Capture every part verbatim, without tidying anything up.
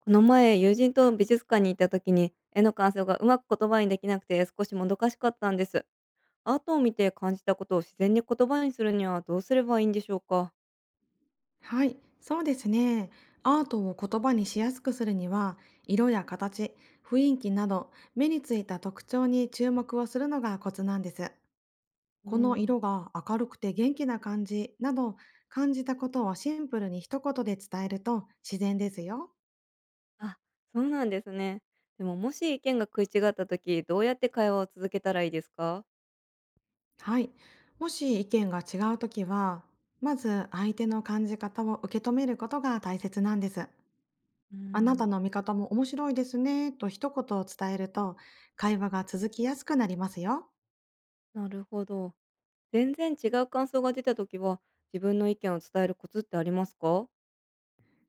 この前、友人と美術館に行った時に、絵の感想がうまく言葉にできなくて少しもどかしかったんです。アートを見て感じたことを自然に言葉にするにはどうすればいいんでしょうか？はい、そうですね。アートを言葉にしやすくするには、色や形、雰囲気など、目についた特徴に注目をするのがコツなんです。うこのん、色が明るくて元気な感じなど、感じたことをシンプルに一言で伝えると自然ですよ。あ、そうなんですね。でも、もし意見が食い違った時、どうやって会話を続けたらいいですか？はい。もし意見が違うときは、まず相手の感じ方を受け止めることが大切なんです。うあなん、たの見方も面白いですねと一言を伝えると会話が続きやすくなりますよ。なるほど。全然違う感想が出た時は、自分の意見を伝えるコツってありますか？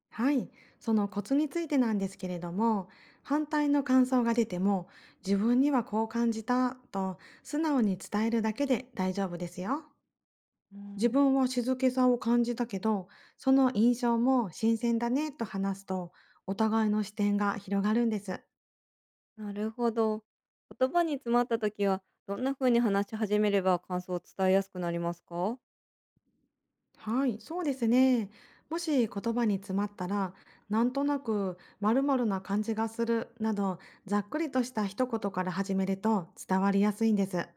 はい。そのコツについてなんですけれども、反対の感想が出ても自分にはこう感じたと素直に伝えるだけで大丈夫ですよ。う自ん。分は静けさを感じたけど、その印象も新鮮だねと話すとお互いの視点が広がるんです。なるほど。言葉に詰まった時は、どんな風に話し始めれば感想を伝えやすくなりますか？はい、そうですね。もし言葉に詰まったら、なんとなく〇〇な感じがするなど、ざっくりとした一言から始めると伝わりやすいんです。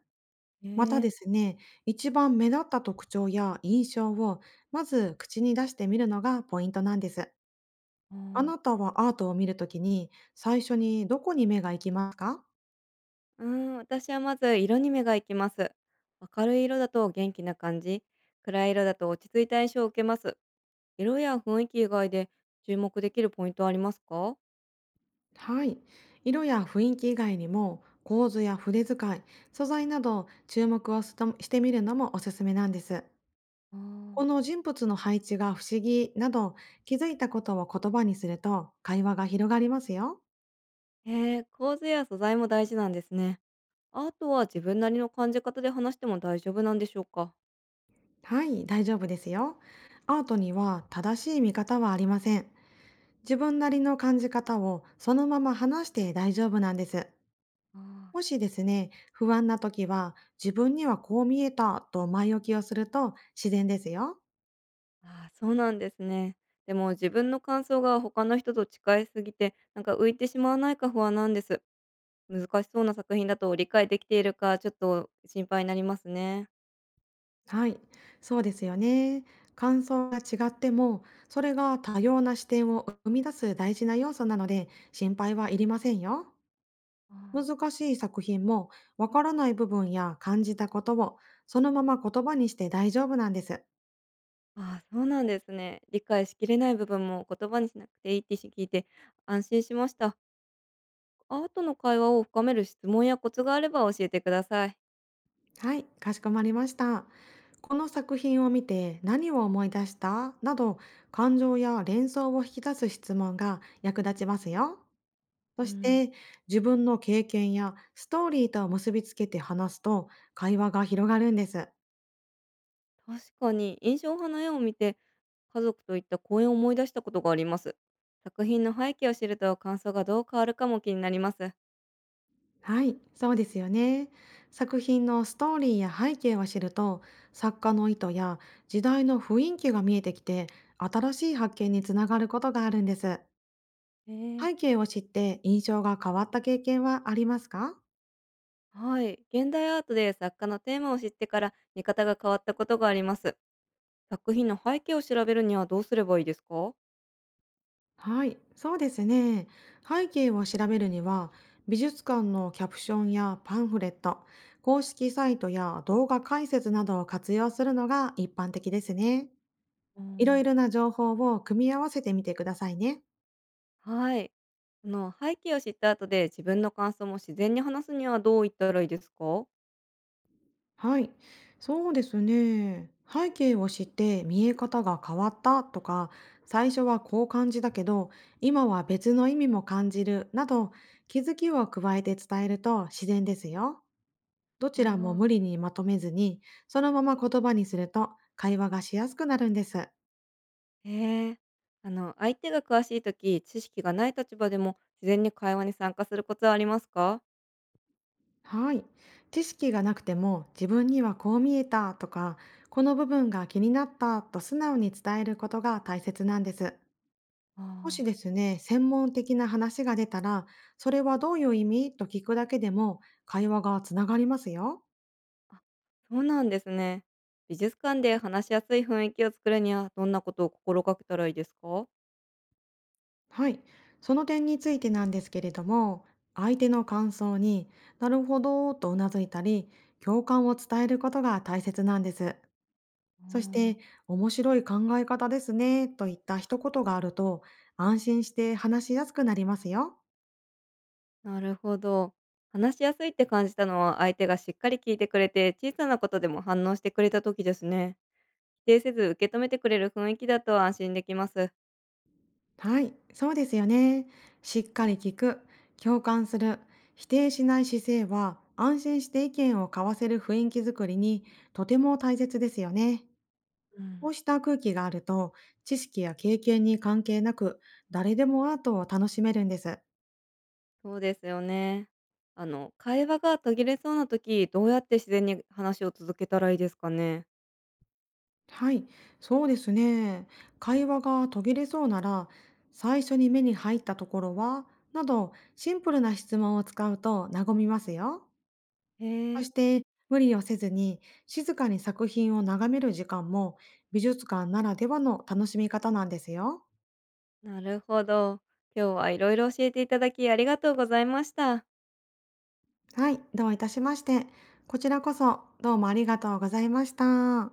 またえでえ。すね、一番目立った特徴や印象をまず口に出してみるのがポイントなんです。あああ。なたはアートを見るときに最初にどこに目が行きますか？うーん、私はまず色に目が行きます。明るい色だと元気な感じ、暗い色だと落ち着いた印象を受けます。色や雰囲気以外で注目できるポイントはありますか？はい。色や雰囲気以外にも構図や筆遣い、素材など注目をすとしてみるのもおすすめなんです。あ。このあ。人物の配置が不思議など気づいたことを言葉にすると会話が広がりますよ。へえ、構図や素材も大事なんですね。アートは自分なりの感じ方で話しても大丈夫なんでしょうか？はい、大丈夫ですよ。アートには正しい見方はありません。自分なりの感じ方をそのまま話して大丈夫なんです。あもあ。しですね、不安な時は自分にはこう見えたと前置きをすると自然ですよ。ああ、そうなんですね。でも自分の感想が他の人と近いすぎて、なんか浮いてしまわないか不安なんです。難しそうな作品だと理解できているか、ちょっと心配になりますね。はい、そうですよね。感想が違っても、それが多様な視点を生み出す大事な要素なので、心配はいりませんよ。あ。難しい作品も、わからない部分や感じたことを、そのまま言葉にして大丈夫なんです。ああ、そうなんですね。理解しきれない部分も言葉にしなくていいって聞いて安心しました。アートの会話を深める質問やコツがあれば教えてください。はい、かしこまりました。この作品を見て何を思い出したなど、感情や連想を引き出す質問が役立ちますよ。そうしん。て、自分の経験やストーリーと結びつけて話すと、会話が広がるんです。確かに印象派の絵を見て家族といった公演を思い出したことがあります。作品の背景を知ると感想がどう変わるかも気になります。はい、そうですよね。作品のストーリーや背景を知ると、作家の意図や時代の雰囲気が見えてきて、新しい発見につながることがあるんです。えー、背景を知って印象が変わった経験はありますか？はい、現代アートで作家のテーマを知ってから見方が変わったことがあります。作品の背景を調べるにはどうすればいいですか？はい、そうですね。背景を調べるには、美術館のキャプションやパンフレット、公式サイトや動画解説などを活用するのが一般的ですね。ういろん。いろな情報を組み合わせてみてくださいね。はい。その背景を知った後で自分の感想も自然に話すにはどう言ったらいいですか？はい、そうですね。背景を知って見え方が変わったとか、最初はこう感じだけど、今は別の意味も感じるなど、気づきを加えて伝えると自然ですよ。どあちらもー。無理にまとめずに、そのまま言葉にすると会話がしやすくなるんです。へえ。あの、相手が詳しい時、知識がない立場でも自然に会話に参加するコツはありますか？はい。知識がなくても自分にはこう見えたとか、この部分が気になったと素直に伝えることが大切なんです。もしあであ。すね、専門的な話が出たら、それはどういう意味と聞くだけでも会話がつながりますよ。あ、そうなんですね。美術館で話しやすい雰囲気を作るには、どんなことを心がけたらいいですか？はい、その点についてなんですけれども、相手の感想になるほどとうなずいたり、共感を伝えることが大切なんです。あそして、あ。面白い考え方ですねといった一言があると、安心して話しやすくなりますよ。なるほど。話しやすいって感じたのは、相手がしっかり聞いてくれて、小さなことでも反応してくれた時ですね。否定せず受け止めてくれる雰囲気だと安心できます。はい、そうですよね。しっかり聞く、共感する、否定しない姿勢は、安心して意見を交わせる雰囲気づくりにとても大切ですよね。うこん。うした空気があると、知識や経験に関係なく、誰でもアートを楽しめるんです。そうですよね。あの、会話が途切れそうな時、どうやって自然に話を続けたらいいですかね？はい、そうですね。会話が途切れそうなら、最初に目に入ったところはなど、シンプルな質問を使うと和みますよ。へそえ、して、無理をせずに静かに作品を眺める時間も美術館ならではの楽しみ方なんですよ。なるほど。今日はいろいろ教えていただきありがとうございました。はい、どういたしまして。こちらこそどうもありがとうございました。